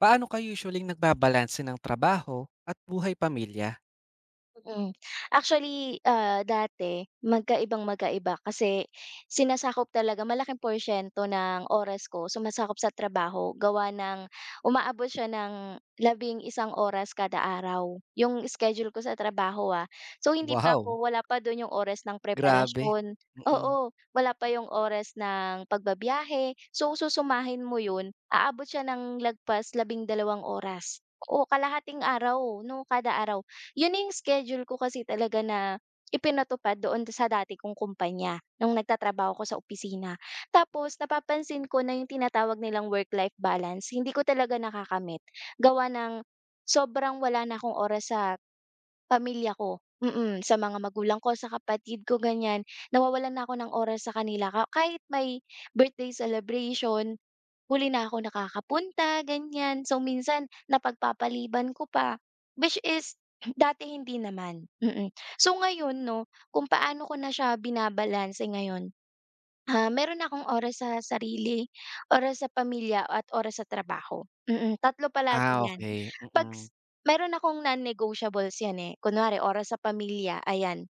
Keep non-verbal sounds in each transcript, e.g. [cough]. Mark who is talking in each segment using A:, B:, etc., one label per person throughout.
A: Paano kayo usually nagbabalanse ng trabaho at buhay pamilya?
B: Mm. Actually, dati magkaibang-magkaiba kasi sinasakop talaga malaking porsiyento ng oras ko sumasakop sa trabaho gawa ng umaabot siya ng labing-isang oras kada araw, yung schedule ko sa trabaho, ah. So, hindi pa
A: Wow,
B: ako wala pa dun yung oras ng
A: grabe.
B: preparasyon,
A: Mm.
B: oo, wala pa yung oras ng pagbabiyahe. So, susumahin mo yun, aabot siya ng lagpas labing dalawang oras, o kalahating araw 'no, kada araw. Yun na yung schedule ko kasi talaga na ipinatupad doon sa dati kong kumpanya, nung nagtatrabaho ako sa opisina. Tapos napapansin ko na yung tinatawag nilang work-life balance, hindi ko talaga nakakamit. Gawa ng sobrang wala na akong oras sa pamilya ko, sa mga magulang ko, sa kapatid ko, ganyan. Nawawalan na ako ng oras sa kanila ka kahit may birthday celebration, huli na ako nakakapunta, ganyan. So, minsan napagpapaliban ko pa, which is [clears throat] dati hindi naman. Mm. So, ngayon 'no, kung paano ko na siya binabalanse ngayon. Meron akong oras sa sarili, oras sa pamilya at oras sa trabaho. Tatlo palagi
A: Ah,
B: 'yan.
A: okey,
B: 'Pag
A: mm.
B: s Meron akong non-negotiables 'yan, eh. Kunwari oras sa pamilya, ayan.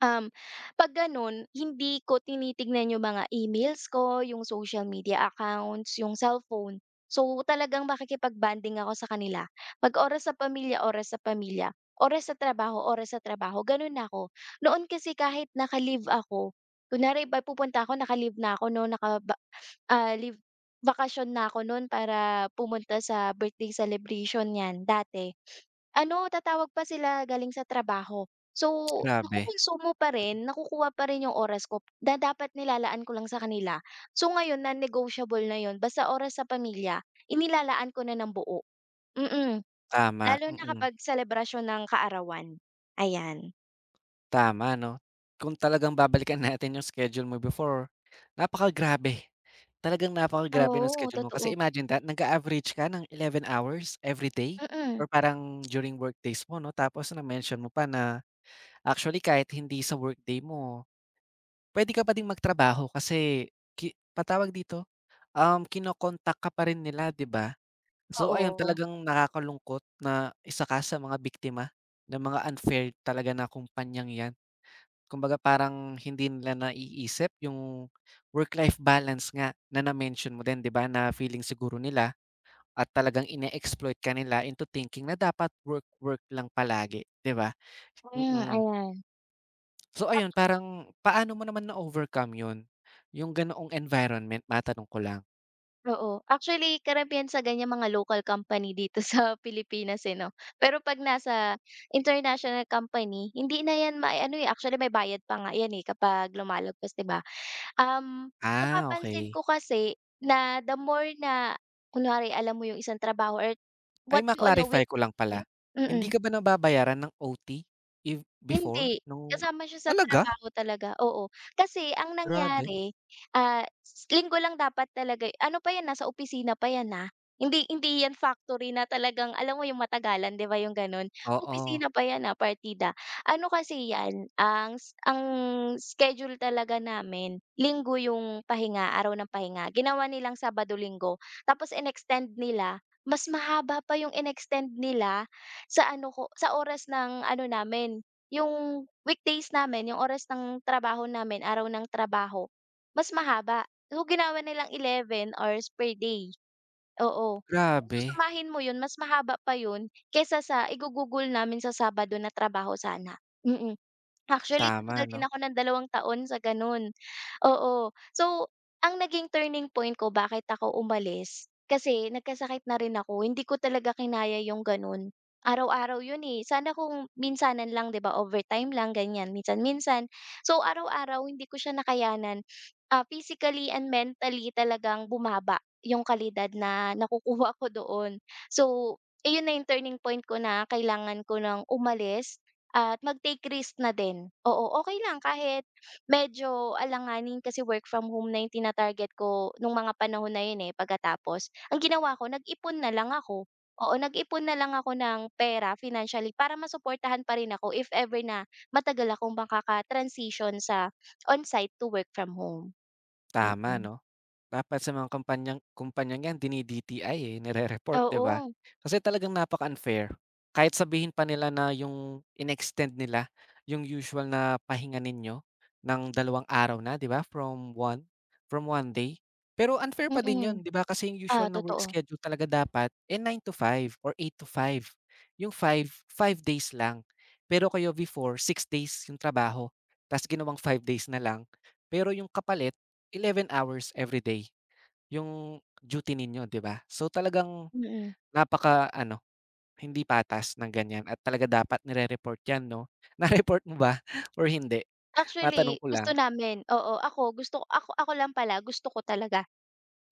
B: Um, 'Pag gano'n hindi ko tinitignan yung mga emails ko, yung social media accounts, yung cellphone. So, talagang makikipag-bonding ako sa kanila. 'Pag oras sa pamilya, oras sa pamilya, oras sa trabaho, gano'n ako. Noon kasi kahit naka-leave ako, kunwari ba pupunta ako naka-leave na ako 'no, leave, bakasyon na ako no'n para pumunta sa birthday celebration niyan, dati. Ano, tatawag pa sila galing sa trabaho. So,
A: Grabe,
B: nakukonsumo pa rin, nakukuha pa rin yung oras ko na dapat nilalaan ko lang sa kanila. So, ngayon non-negotiable na yun basta oras sa pamilya, inilalaan ko na ng buo. mm. mm
A: tama,
B: Lalo na
A: mm.
B: kapag selebrasyon ng kaarawan, ayan.
A: Tama 'no. Kung talagang babalikan natin yung schedule mo before, napakagrabe. Talagang napakagrabe ng
B: Oo,
A: schedule mo kasi
B: totoo.
A: imagine that nag-a-average ka ng 11 hours everyday
B: Mm, mm,
A: or parang during workdays mo 'no. Tapos na-mention mo pa na actually kahit hindi sa workday mo, puwede ka pa ding magtrabaho kasi ki pa tawag dito? Kino ka pa rin nila, 'di ba? So, ayun
B: oo.
A: talagang nakakalungkot na isa ka sa mga biktima ng mga unfair talaga na kumpanyang 'yan. Kumbaga parang hindi nila naiisip yung work-life balance nga na na-mention mo din, 'di ba, na feeling siguro nila at talagang ine-exploit ka nila into thinking na dapat work, work lang palagi, 'di ba?
B: Mm.
A: Mm.
B: Ayan.
A: So, ayun parang paano mo naman na-overcome 'yun, yung ganoong environment, matanong ko lang?
B: Oo. Actually, karamihan sa ganiyang mga local company dito [laughs] sa Pilipinas, eh, 'no. Pero 'pag nasa international company, hindi na 'yan mai-ano, eh, actually may bayad pa nga 'yan, eh, kapag lumalagpas, 'di ba? Um,
A: Ah,
B: Napapansin
A: okay.
B: ko kasi na the more na kunwari alam mo yung isang trabaho or
A: Ay,
B: what you allow
A: ma-clarify
B: will
A: ko lang
B: niyo
A: pala. Hindi
B: mm.
A: ka ba nababayaran ng OT if before
B: Hindi,
A: nung
B: kasama siya sa
A: talaga?
B: trabaho talaga, oo. Kasi ang
A: Grabe.
B: nangyari, ah, s Linggo lang dapat talaga eh, ano pa 'yan, nasa opisina pa 'yan, ah. Hindi hindi 'yan factory na talagang alam mo 'yung matagalan, 'di ba 'yung gano'n?
A: Oo,
B: Opisina pa 'yan, partida. Ano kasi 'yan, ang schedule talaga namin, Linggo 'yung pahinga, araw ng pahinga. Ginawa nilang Sabado, Linggo, tapos inextend nila, mas mahaba pa 'yung inextend nila sa ano ko sa oras ng ano namin yung weekdays namin, yung oras ng trabaho namin, araw ng trabaho, mas mahaba. So, ginawa nilang 11 hours per day, oo. Kung
A: grabe.
B: susumahin mo yun mas mahaba pa yun kesa sa igugugol namin sa Sabado na trabaho sana, mm. Actually,
A: Tama
B: tumagal din
A: 'no?
B: ako ng dalawang taon sa gano'n, oo. So, ang naging turning point ko bakit ako umalis, kasi nagkasakit na rin ako, hindi ko talaga kinaya yung gano'n. Araw-araw 'yun, eh, sana kung minsanan lang 'di ba, overtime lang ganyan minsan-minsan. So, araw-araw hindi ko siya nakayanan, physically and mentally talagang bumaba yung kalidad na nakukuha ko doon. So, iyon na yung turning point ko na kailangan ko ng umalis at mag-take risk na din. Oo, okey lang kahit medyo alanganin kasi work from home na yung tina ko nung mga panahon na yun, eh, pagkatapos. Ang ginawa ko nag-ipon na lang ako. Oo, nag-ipon na lang ako ng pera financially para masuportahan pa rin ako if ever na matagal akong makaka-transition sa on-site to work from home.
A: Tama
B: Mm.
A: 'no? Dapat sa mga kumpanyang kumpanyang 'yan dini-DTI, eh, nire-report 'di ba?
B: Oo.
A: Kasi talagang napaka-unfair. Kahit sabihin pa nila na yung inextend nila yung usual na pahinga ninyo ng 2 araw na 'di ba from one day. Pero unfair pa din 'yun
B: Mm.
A: 'di ba kasi yung usual
B: Ah,
A: na work
B: totoo.
A: schedule talaga dapat, eh, 9 to 5 or 8 to 5. Yung 5 days lang. Pero kayo before 6 days yung trabaho, ta's ginawang 5 days na lang. Pero yung kapalit 11 hours every day, yung duty ninyo, 'di ba? So, talagang
B: Mm.
A: napaka-ano, hindi patas ng ganyan at talaga dapat nire-report 'yan 'no? [laughs] Na-report mo ba or hindi? Matanong
B: Actually,
A: ko
B: gusto
A: lang.
B: namin, oo. Ako gusto ako ako lang pala gusto ko talaga.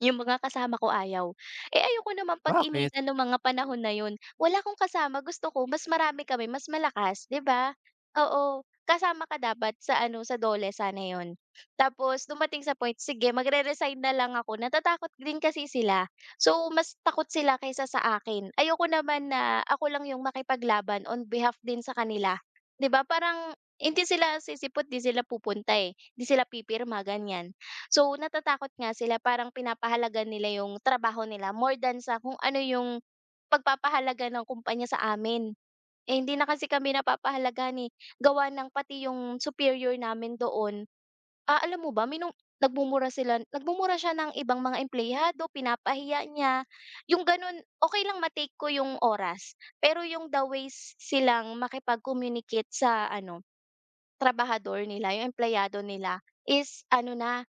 B: Yung mga kasama ko ayaw. Eh, ayoko naman
A: Bakit?
B: pag-initan nung mga panahon na yun. Wala akong kasama, gusto ko mas marami kami, mas malakas, 'di ba? Oo, kasama ka dapat sa ano, sa DOLE sana yun. Tapos dumating sa point, sige magre-resign na lang ako, natatakot din kasi sila. So, mas takot sila kaysa sa akin. Ayoko naman na ako lang yung makipaglaban on behalf din sa kanila, 'di ba? Parang hindi sila sisipot, 'di sila pupunta, eh, 'di sila pipirma ganiyan. So, natatakot nga sila parang pinapahalaga nila yung trabaho nila more than sa kung ano yung pagpapahalaga ng kumpanya sa amin. Eh, hindi na kasi kami napapahalagahan, eh, gawa ng pati yung superior namin doon, alam mo ba nagmumura siya ng ibang mga empleyado, pinapahiya niya, yung gano'n. Okay lang ko yung oras, pero yung the ways silang makipag-communicate sa ano, trabahador nila, yung empleyado nila is ano na,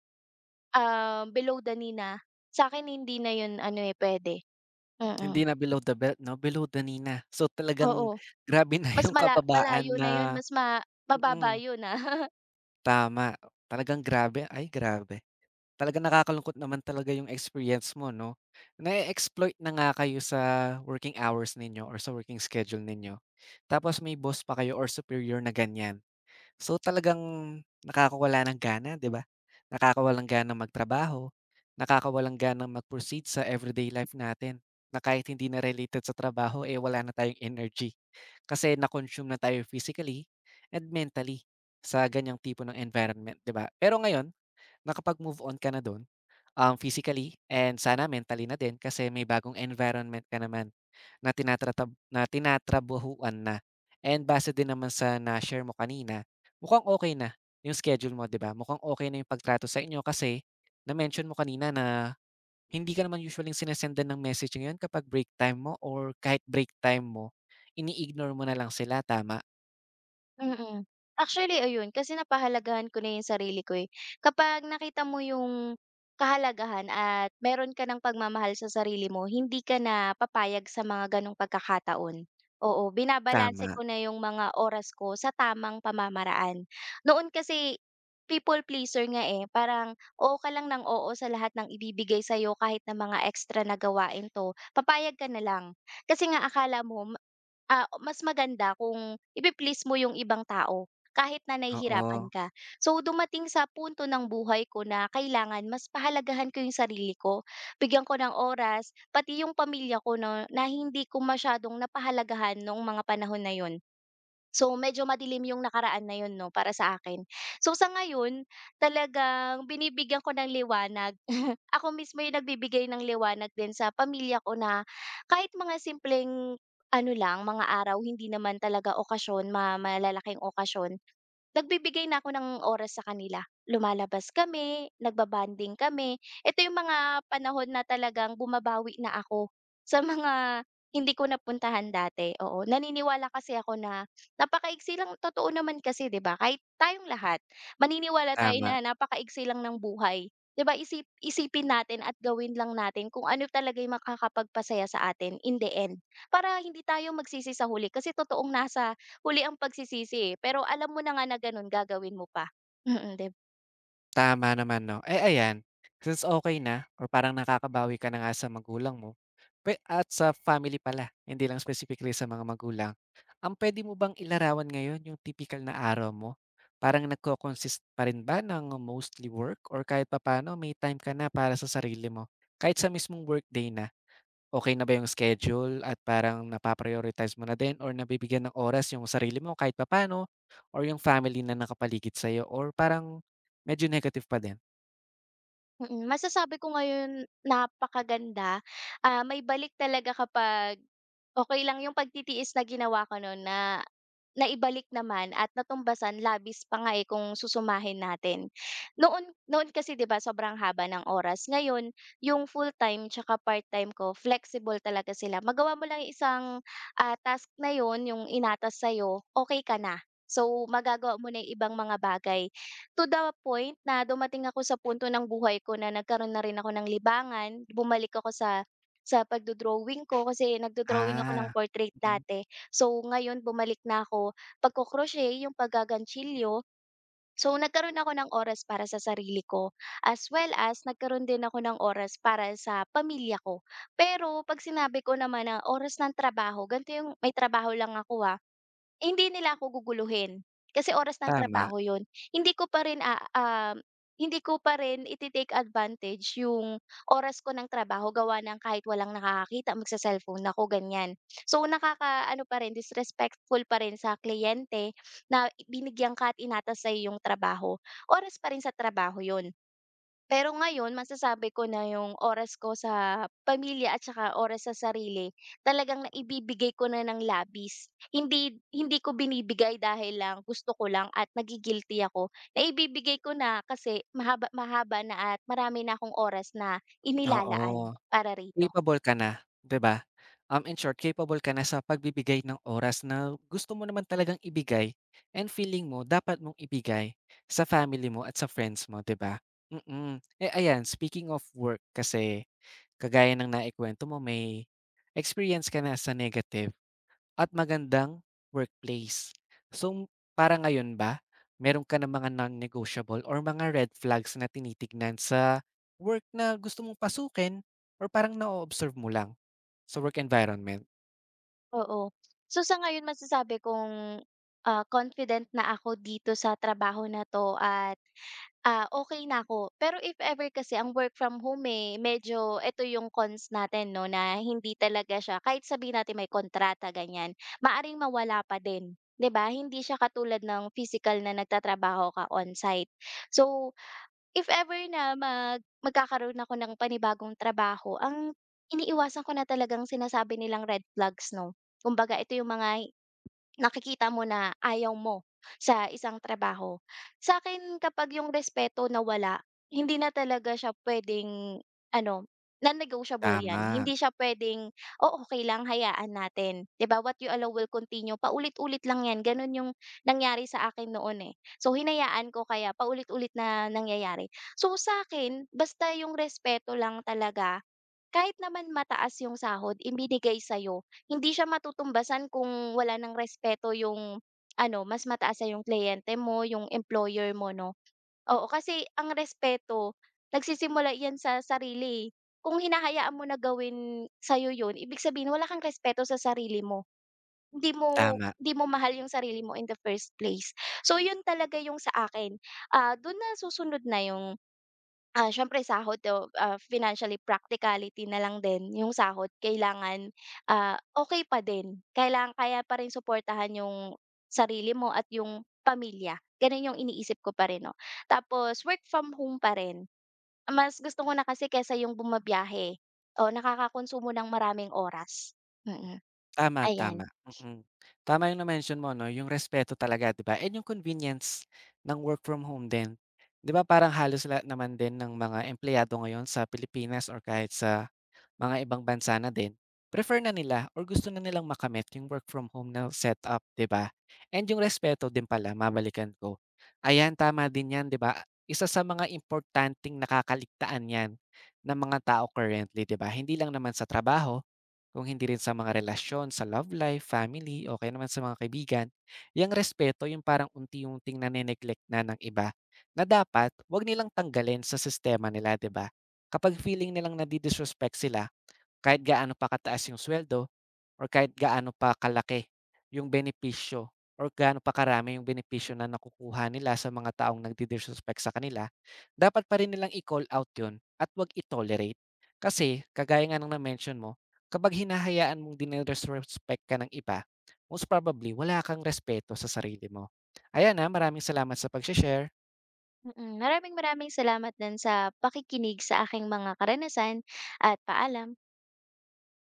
B: below the knee na. Sa'kin hindi na yun ano, eh, puwede, mm,
A: Hindi na below the belt 'no, below the nina. So, talagang
B: oo.
A: grabe na [laughs]
B: Mas
A: yung
B: mala
A: kababaan
B: malayo
A: na,
B: na yun, mas mababa
A: mm,
B: yun, ah. [laughs]
A: tama. Talagang grabe, ay grabe. Talagang nakakalungkot naman talaga yung experience mo 'no. Na exploit na nga kayo sa working hours ninyo or sa working schedule ninyo, tapos may boss pa kayo or superior na ganyan. So talagang nakakawala ng gana, 'di ba? Nakakawalang gana magtrabaho, nakakawalang ganang mag-proceed sa everyday life natin na kahit hindi na related sa trabaho, eh, wala na tayong energy. Kasi na-consume na tayo physically and mentally sa ganyang tipo ng environment, 'di ba? Pero ngayon nakapag-move on ka na dun. Physically and sana mentally na din kasi may bagong environment ka naman na tinatratab na tinatrabahuan na. And base din naman sa na-share mo kanina, mukhang okay na yung schedule mo, 'di ba? Mukhang okay na yung pagtrato sa inyo kasi na-mention mo kanina na hindi ka naman usually sinesendan ng message ngayon kapag break time mo or kahit break time mo, ini-ignore mo na lang sila, tama?
B: Mm. Actually ayun, kasi napahalagahan ko na yung sarili ko, eh. Kapag nakita mo yung kahalagahan at meron ka ng pagmamahal sa sarili mo, hindi ka na papayag sa mga gano'ng pagkakataon. Oo, binabalanse
A: Tama,
B: ko na yung mga oras ko sa tamang pamamaraan. Noon kasi people pleaser nga, eh, parang oo ka lang ng oo sa lahat ng ibibigay sa'yo kahit na mga extra na gawain 'to, papayag ka na lang. Kasi nga akala mo mas maganda kung ipi-please mo yung ibang tao kahit na nahihirapan
A: oo,
B: ka. So, dumating sa punto ng buhay ko na kailangan mas pahalagahan ko yung sarili ko, bigyan ko ng oras, pati yung pamilya ko 'no, na hindi ko masyadong napahalagahan noong mga panahon na yun. So, medyo madilim yung nakaraan na yun 'no, para sa akin. So, sa ngayon talagang binibigyan ko ng liwanag. [laughs] Ako mismo yung nagbibigay ng liwanag din sa pamilya ko na kahit mga simpleng ano lang, mga araw, hindi naman talaga okasyon, malalaking okasyon. Nagbibigay na ako ng oras sa kanila. Lumalabas kami, nagbabanding kami. Ito yung mga panahon na talagang bumabawi na ako [laughs] sa mga hindi ko napuntahan dati, oo. Naniniwala kasi ako na napakaiksi lang totoo naman kasi 'di ba, kahit tayong lahat maniniwala tayo
A: tama.
B: na napakaiksi lang ng buhay. 'Di ba isip isipin natin at gawin lang natin kung ano talaga yung makakapagpasaya sa atin in the end, para hindi tayo magsisi sa huli kasi totoong nasa huli ang pagsisisi, eh, pero alam mo na nga na gano'n gagawin mo pa. Mm, dib
A: Tama naman 'no. Eh, ayan, since okay na or parang nakakabawi ka na nga sa magulang mo, pwe at sa family pala, hindi lang specifically sa mga magulang. Ang puwede mo bang ilarawan ngayon yung tipikal na araw mo? Parang nagko-consist pa rin ba ng mostly work or kahit papaano may time ka na para sa sarili mo, kahit sa mismong workday na? Okay na ba yung schedule at parang napaprioritize mo na din or nabibigyan ng oras yung sarili mo kahit papaano or yung family na nakapaligid sa'yo or parang medyo negative pa din?
B: masasabi ko ngayon napakaganda, may balik talaga kapag okay lang yung pagtitiis na ginawa ko nun na naibalik naman at natumbasan labis pa nga, eh, kung susumahin natin. Noon noon kasi 'di ba sobrang haba ng oras, ngayon yung full-time tsaka part-time ko flexible talaga sila. Magawa mo lang yung isang, task na yon yung inatas sa'yo, okey ka na. So, magagawa mo na yung ibang mga bagay. To the point na dumating ako sa punto ng buhay ko na nagkaroon na rin ako ng libangan, bumalik ako sa pagdo-drawing ko kasi nagdo-drawing ako ng
A: Ah,
B: portrait
A: mm,
B: dati. So, ngayon bumalik na ako pagko-crochet, yung paggaganchilyo. So, nagkaroon ako ng oras para sa sarili ko, as well as nagkaroon din ako ng oras para sa pamilya ko. Pero 'pag sinabi ko naman na oras ng trabaho, ganito yung may trabaho lang ako, ah. Hindi nila ako guguluhin, kasi oras ng
A: tama,
B: trabaho yun. Hindi ko pa rin, ah, um, Hindi ko pa rin ite-take advantage yung oras ko ng trabaho gawa ng kahit walang nakakakita magse-cellphone ako, ganiyan. So, nakakaano pa rin, disrespectful pa rin sa kliyente na binigyan ka at inatas sa'yo yung trabaho. Oras pa rin sa trabaho yun. Pero ngayon masasabi ko na yung oras ko sa pamilya at saka oras sa sarili talagang naibibigay ko na ng labis. Hindi hindi ko binibigay dahil lang gusto ko lang at nagi-guilty ako. Naibibigay ko na kasi mahaba mahaba na at marami na akong oras na
A: oo.
B: inilalaan para rito,
A: Capable ka na, 'di ba? In short capable ka na sa pagbibigay ng oras na gusto mo naman talagang ibigay and feeling mo dapat mong ibigay sa family mo at sa friends mo, 'di ba? Mm. Eh, ayan, speaking of work kasi kagaya ng naikuwento mo, may experience ka na sa negative at magandang workplace. So, para ngayon ba meron ka ng mga non-negotiable or mga red flags na tinitignan sa work na gusto mong pasukin or parang na observe mo lang sa work environment?
B: oo. So, sa ngayon masasabi kong, confident na ako dito sa trabaho na 'to at okay na ako. Pero if ever kasi ang work from home, eh, medyo eto yung cons natin 'no, na hindi talaga siya kahit sabihin natin may kontrata ganyan, maaring mawala pa din, 'di ba? Hindi siya katulad ng physical na nagtatrabaho ka on-site. So, if ever na magkakaroon ako ng panibagong trabaho, ang iniiwasan ko na talagang sinasabi nilang red flags 'no. Kumbaga ito yung mga nakikita mo na ayaw mo sa isang trabaho. Sa akin kapag yung respeto nawala, hindi na talaga siya puwedeng ano, non-negotiable 'yan.
A: Tama,
B: Hindi siya puwedeng, "Oh, okay lang hayaan natin." 'Di ba, "What you allow will continue." Paulit-ulit lang 'yan, gano'n yung nangyari sa akin noon, eh. So, hinayaan ko kaya paulit-ulit na nangyayari. So, sa'kin basta yung respeto lang talaga, kahit naman mataas yung sahod ibinigay sa'yo, hindi siya matutumbasan kung wala ng respeto yung ano, mas mataas sa yung kliyente mo, yung employer mo 'no. Oo, kasi ang respeto nagsisimula 'yan sa sarili, eh. Kung hinahayaan mo na gawin sa'yo yun, ibig sabihin wala kang respeto sa sarili mo. Hindi mo
A: tama.
B: hindi mo mahal yung sarili mo in the first place. So, yun talaga yung sa akin, dun na susunod na yung, siyempre sahod o, financially practicality na lang din yung sahod kailangan, okay pa din. Kailangan kaya pa rin suportahan yung sarili mo at yung pamilya, ganun yung iniisip ko pa rin 'no. Tapos work from home pa rin. Mas gusto ko na kasi kesa yung bumabiyahe, o nakakakonsumo ng maraming oras. Mm, mm.
A: Tama,
B: Ayan.
A: tama, mm. Tama yung na-mention mo 'no, yung respeto talaga 'di ba, and yung convenience ng work from home din. 'Di ba parang halos lahat naman din ng mga empleyado ngayon sa Pilipinas or kahit sa mga ibang bansa na din, prefer na nila or gusto na nilang makamit yung work from home na setup 'di ba? And yung respeto din pala, mabalikan ko, ayan tama din 'yan 'di ba? Isa sa mga importanteng nakakaligtaan 'yan ng mga tao currently 'di ba, hindi lang naman sa trabaho kung hindi rin sa mga relasyon, sa love life, family, o kaya naman sa mga kaibigan, yung respeto yung parang unti-unting nane-neglect na ng iba na dapat wag nilang tanggalin sa sistema nila, 'di ba? Kapag feeling nilang nadi-disrespect sila, kahit gaano pa kataas yung suweldo or kahit gaano pa kalaki yung benepisyo or gaano pa karami yung benepisyo na nakukuha nila sa mga taong nagdi-disrespect sa kanila, dapat pa rin nilang i-call out yun at 'wag i-tolerate. Kasi kagaya nga ng na-mention mo, kapag hinahayaan mong dine-disrespect ka ng iba, most probably wala kang respeto sa sarili mo. Ayan, ah, maraming salamat sa pagse-share.
B: Maraming maraming salamat din sa pakikinig sa aking mga karanasan at paalam.